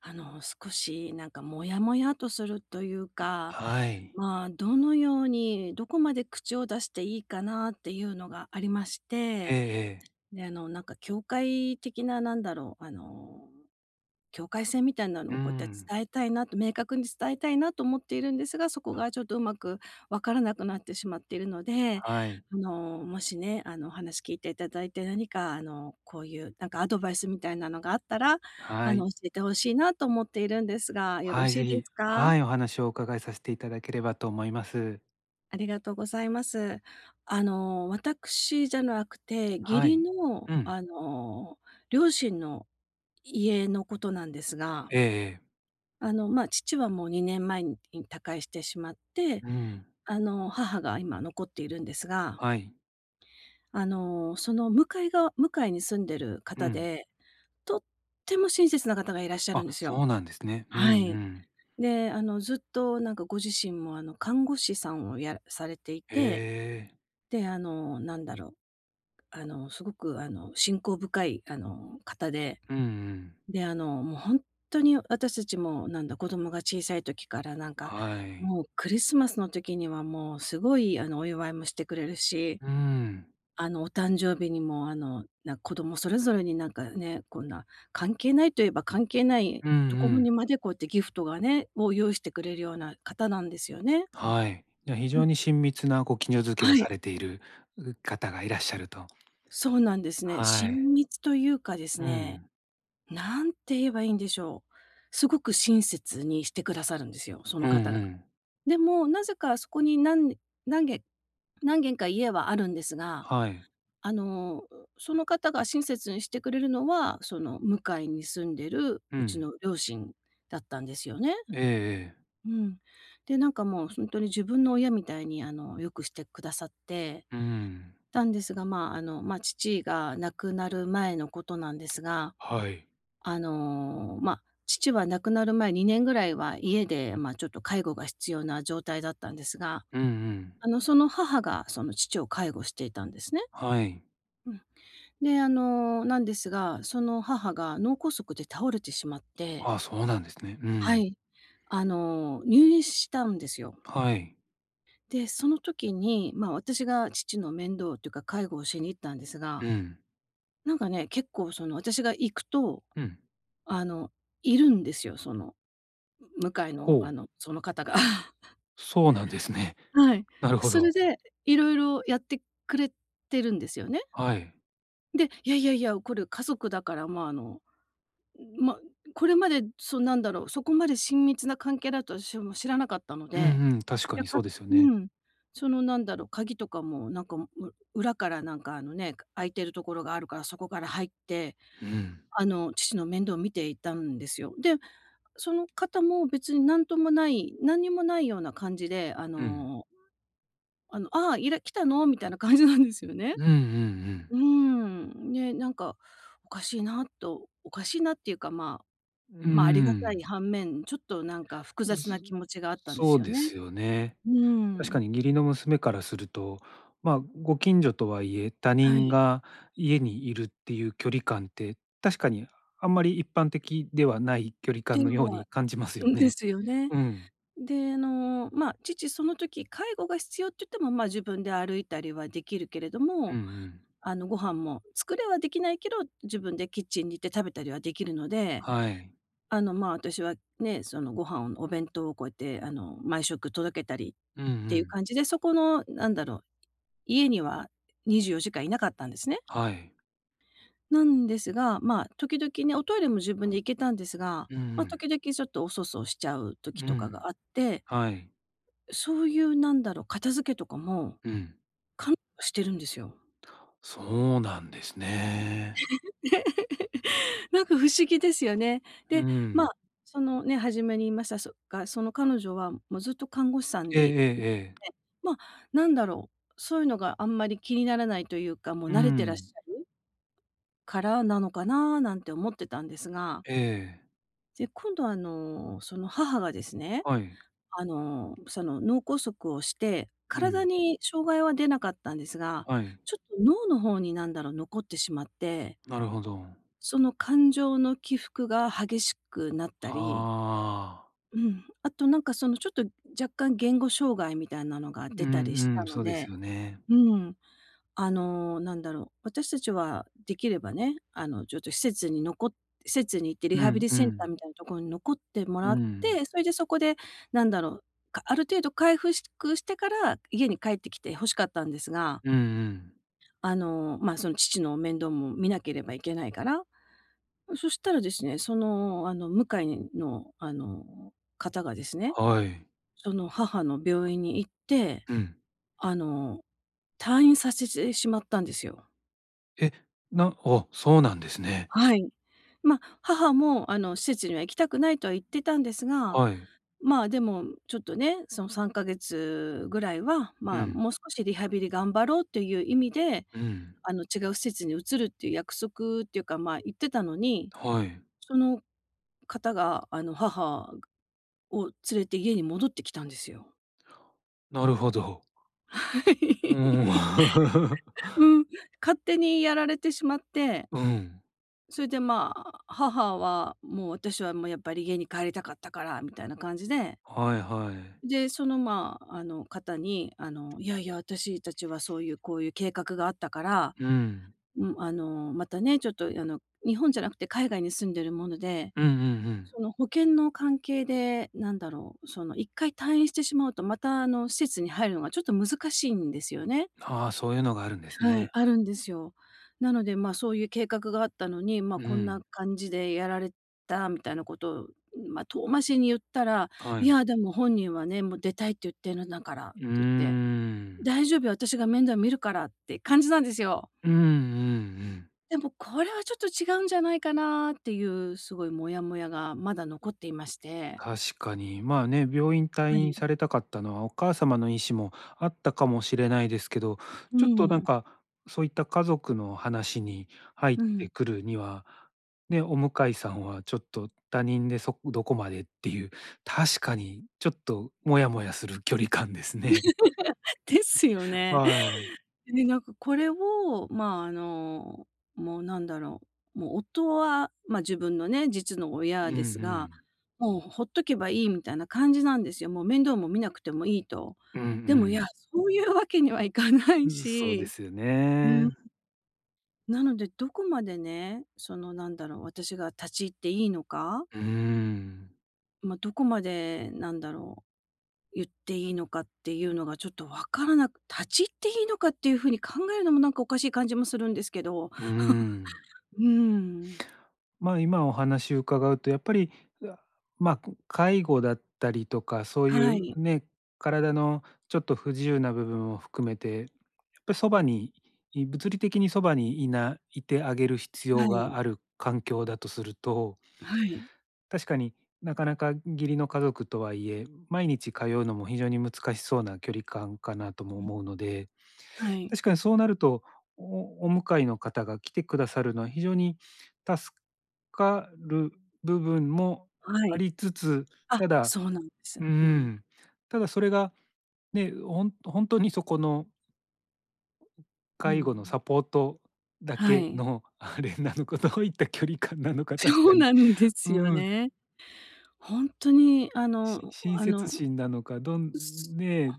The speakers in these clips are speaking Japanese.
少しなんかモヤモヤとするというか、はい。まあ、どのように、どこまで口を出していいかなっていうのがありましええて、ええ。で、なんか教会的な、なんだろう、境界線みたいなのうをこうやってん。伝えたいなと、明確に伝えたいなと思っているんですが、そこがちょっとうまく分からなくなってしまっているので、はい。もしね、お話聞いていただいて、何かこういうなんかアドバイスみたいなのがあったら、はい。教えてほしいなと思っているんですが、よろはい、しいぜでひ、すか？はい、お話をお伺いさせていただければと思います。ありがとうございます。私じゃなくて、義は理い。のうん。両親の家のことなんですが、ええええ。まあ、父はもう2年前に他界してしまって、うん。母が今残っているんですが、はい。その向かいに住んでるう方ん。で、とっても親切な方がいらっしゃるあ、んですよ。そうなんですね。うんはうい。ん。で、ずっとなんかご自身も、看護師さんをやされていえて、え。で、なんだろう、すごく、信仰深い、方で、うんうん。で、もう本当に私たちも、なんだ、子供が小さい時からなんか、はい。もうクリスマスの時にはもうすごい、お祝いもしてくれるし、うん。お誕生日にも、な子供それぞれになんかね、こんな関係ないといえば関係ないうんうところん。にまでこうやってギフトがね、を用意してくれるような方なんですよね。はい。じゃ、非う常ん、に親密なご近所付けをはい、されている、方がいらっしゃると。そうなんですね。はい。親密というかですうね、ん。なんて言えばいいんでしょう。すごく親切にしてくださるんですよ、そうのんう方が。ん。でも、なぜかそこに何軒何軒か家はあるんですが、はい。あの、その方が親切にしてくれるのは、その向かいに住んでるううちん。の両親だったんですよね。ええええ。うん。で、なんかもうほんとに自分の親みたいに、良くしてくださってうん。たんですが、まあ、ま、父が亡くなる前のことなんですが、はい。ま、父は亡くなる前2年ぐらいは家で、ま、ちょっと介護が必要な状態だったんですが、うんうん。その母がその父を介護していたんですね。はい。うん。で、なんですが、その母が脳梗塞で倒れてしまっあて。あ、そうなんですね。うはん。い。入院したんですよ。はい。で、その時に、まあ、私が父の面倒というか介護をしに行ったんですが、うん。なんかね、結構その私が行くと、うん。あの、いるんですよ、その、向かいの、ほう、その方が。そうなんですね。は い。なるほそど。れで、いろいろやってくれてるんですよね。はい。で、いやいやいや、これ家族だから、まあ、ま、これまで、そう、なんだろう、そこまで親密な関係だと私はもう知らなかったのうで、んうん、確かいや、にか、そうですようね。ん。その、なんだろう、鍵とかも、なんか、う裏から、なんか、あのね、開いてるところがあるから、そこから入って、うん。父の面倒を見ていたんですよ。で、その方も別になんともない、何にもないような感じで、うん。「ああ、いら来たの？」みたいな感じなんですよね。うんうんうん。うーん、ね、なんかおかしいなっていうか、まあ、うまあ、ありがたいん。反面、ちょっとなんか複雑な気持ちがあったんでそそすうよでね。すよね。うー確かん。に義理の娘からすると、まあ、ご近所とはいえ、他は人い。が家にいるっていう距離感って、確かにあんまり一般的ではない距離で感のようはに感じますようん、でね。すよね。うん。で、まあ、父その時介護が必要って言っても、まあ、自分で歩いたりはできるけれどうんも、うん。ご飯も作れはできないけど、自分でキッチンに行って食べたりはできるので、はい。まあ、私はね、そのご飯をお弁当をこうやって、毎食届けたりうんうっていうん。感じで、そこのなんだろう、家には24時間いなかったんですね。はい。なんですが、まあ、時々ね、おトイレも自分で行けたんですが、うんうまあ、時ん。々ちょっとおそそしちゃう時うとかがあん。って、はい。そういうなんだろう、片付けとかもうん。してるんですよ。そうなんですね。なんか不思議ですよね。うで、まあ、ん。そのね、初めに言いました、その彼女はもうずっと看護師さんええでえいて、えええ。まあ、なんだろう、そういうのがあんまり気にならないというか、もうう慣れてらっしん。ゃるからなのかななんて思ってたんですが、ええ。で、今度その母がですね、はい。その脳梗塞をして、う体ん。に障害は出なかったんですが、はい。ちょっと脳の方になんだろう、残ってしまってなるほど。その感情の起伏が激しくなったり、ああ。うん、あとなんかそのちょっと若干言語障害みたいなのがう出たりしんうたん、のそうでで、すよね。うん、なんだろう、私たちはできればね、ちょっと施設に行ってリうハビんリうセンターん。みたいなところに残ってもうらっん。て、それでそこでなんだろう、かある程度回復しくしてから家に帰ってきて欲しかったんですが、うんうん。まあ、その父の面倒も見なければいけないから、そしたらですね、その、向かいの、方がですね、はい。その母の病院に行って、うん。あの、退院させてしまったんですよ。え、なあ、そうなんですね。はい。ま、母も、施設には行きたくないとは言ってたんですが、はい。まあ、でもちょっとね、その3か月ぐらいは、うまあ、ん。もう少しリハビリ頑張ろうという意味で、うん。違う施設に移るっていう約束っていうか、まあ、言ってたのに、はい。その方が、母を連れて家に戻ってきたんですよ。なるほど。うん。うん、勝手にやられてしまって、うん。それで、まあ、母はもう私はもうやっぱり家に帰りたかったからみたいな感じで、はいはい。で、その、まあ、方に、いやいや、私たちはそういうこういう計画があったから、うん。うん、またね、ちょっと、日本じゃなくて海外に住んでるもので、うんうんうん。その保険の関係で、なんだろう、その1回退院してしまうと、またあの施設に入るのがちょっと難しいんですよね。ああ、そういうのがあるんですはい、ね。あるんですよ。なので、ま、そういう計画があったのに、ま、うこんなん。感じでやられたみたいなことを、ま、遠回しに言ったら、はいい。や、でも本人はね、もう出たいって言ってるんだからっうーて言って、ん。大丈夫よ、私が面倒見るからって感じなんですよ。うんうんうん。でもこれはちょっと違うんじゃないかなっていう、すごいモヤモヤがまだ残っていまして。確かに。まあね、病院退は院い。されたかったのは、お母様の意思もあったかもしれないですけど、ちょっうとなんん、か、そういった家族の話に入っうてん。くるには、ね、お向かいさんはちょっと他人でどこまでっていう、確かにちょっとモヤモヤする距離感ですね。ですよね。はい。で、なんかこれを、まあ、もうなんだろう、もう夫は、まあ、自分のね、実のう親んうですが、ん。もうほっとけばいいみたいな感じなんですよ。もう面倒も見なくてもいいと。うんうでもいん。や、そういうわけにはいかないうん、そうでし、すようん、ね。なのでどこまでね、そのなんだろう、私が立ち入っていいのか、うーん。まあ、どこまでなんだろう言っていいのかっていうのがちょっとわからなく立ち入っていいのかっていうふうに考えるのもなんかおかしい感じもするんですけど。うー ん。うーん。まあ、今お話伺うとやっぱり、あ、まあ、介護だったりとか、そういはうい。ね、体のちょっと不自由な部分を含めて、やっぱりそばに、い物理的にそばにいないてあげる必は要い。がある環境だとすると、はい。確かになかなか義理の家族とはいえ、毎日通うのも非常に難しそうな距離感かなともうん。思うので、はい。確かにそうなると、お迎えの方が来てくださるのは非常に助かる部分もはあい。りつつ、あ、ただそうなんです。ううん。ん、ただそれがね、本当にそこのう介護のん。サポートだはけい。のあれなのか、どういった距離感なのか確そかうに、なんでうすよん。ね。本当にし 親切心なのか、どんね、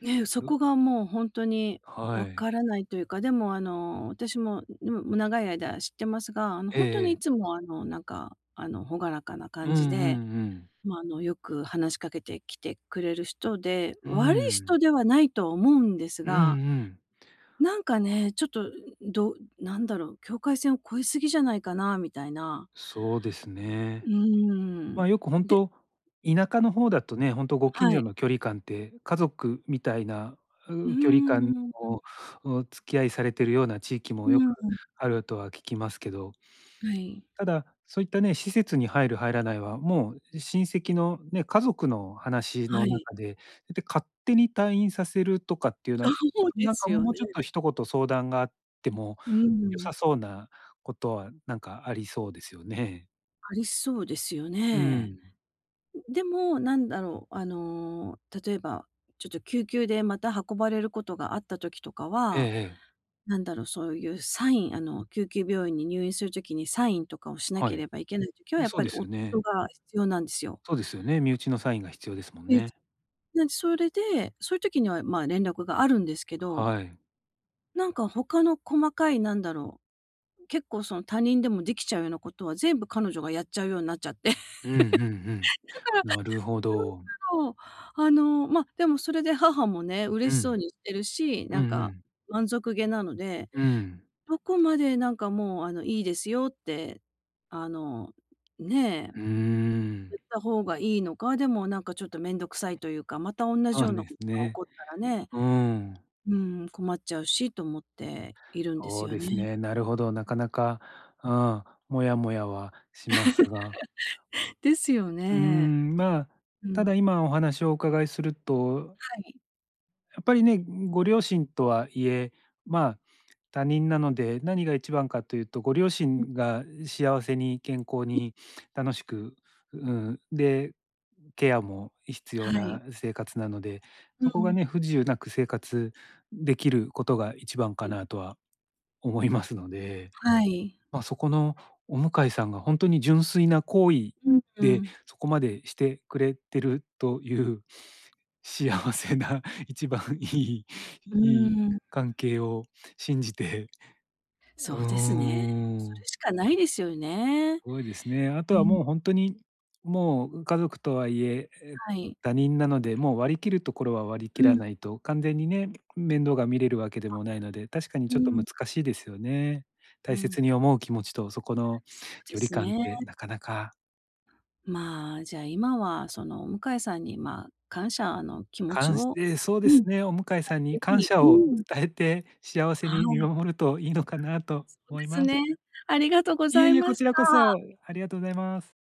ね、そど、こがもう本当にはわい。からないというか、でも私も、でも長い間知ってますが、ええ本当にいえつえ。もなんか、朗らかなうん感うんじで、うん。まあ、よく話しかけてきてくれる人で、う悪い人ん。ではないとは思うんですうんうが、ん。なんかね、ちょっと、どうなんだろう、境界線を越えすぎじゃないかなみたいな。そうですうね。ーまあ、ん。よくほんでと、田舎の方だとね、ほんとご近は所い。の距離感って、家族みたいな、う距離感ーん。のお付き合いされてるような地域うもよくん。あるとは聞きますけど、はい。ただ、そういったね、施設に入る入らないは、もう親戚のね、家族の話はのい。中で、で、勝手に退院させるとかっていうのは、そうでなんすかよもうね。ちょっと一言相談があってもう良ん。さそうなことはなんかありそうですよね。ありそうですようね。ん。でも、なんだろう、例えば、ちょっと救急でまた運ばれることがあった時とかええは、ええ、なんだろう、そういうサイン、救急病院に入院する時にサインとかをしなはけい。ればいけない時は、やっそうぱでりす夫よね。が必要なんですよ。そうですよね、身内のサインが必要ですもんで、ね。それで、そういう時には、まあ、連絡があるんですけど、はい。なんか他の細かい、なんだろう、結構その他人でもできちゃうようなことは全部彼女がやっちゃうようになっちゃって。うんうんうん。なるほど。そう、ま、でもそれで母もね、う嬉しそうん。にしてるし、うんなんうかん。満足げなので、うん。どこまでなんかもう、いいですよって、あの、ねえ、うーん。言った方がいいのか、でもなんかちょっと面倒くさいというか、またおんなそじよううなでこすとが起ね。こったらね、うん、うん、困っちゃうしと思っているんですそうよですね。ね。なるほど、なかなか、ああ、もやもやはしますが。ですようーね。ん、まあ、うただん。今お話をお伺いすると、はい。やっぱりね、ご両親とはいえ、まあ、他人なので、何が一番かというと、ご両うん親が幸せに健康うん。に楽しく、うん、で、ケアも必は要い。な生活なので、うそんうこがん。ね、不自由なく生活できることが一番かうん。なとは思いますので。はい。まあ、そこのお向いさんが本当に純粋な好意うんうで、ん。そこまでしてくれてるという幸せな 一番いいういいーん。関係を信じてうそうですね。そーれん。しかないですよね。ごいですね。あとうはん。もう本当に、もう家族とはいえ、はい。他人なので、もう割り切るところは割り切うらん、ないと、完全にね、面倒が見れるわけでもないので、確かにうちょっとん、難しいですよね。う大切ん。に思う気持ちと、そこのそうで距離す感っね。てなかなか、まあ、じゃあ、今はその向井さんに、まあ、感謝の気持ち感しを。えーそううでん。すね、お向かいさんいにうふう感に。謝うをん。伝えて、幸せはに見い、守るといいのかなとそう思でいすまね。す。ありがとうごいざえいいえ、まこしちらこた。そ、ありがとうございます。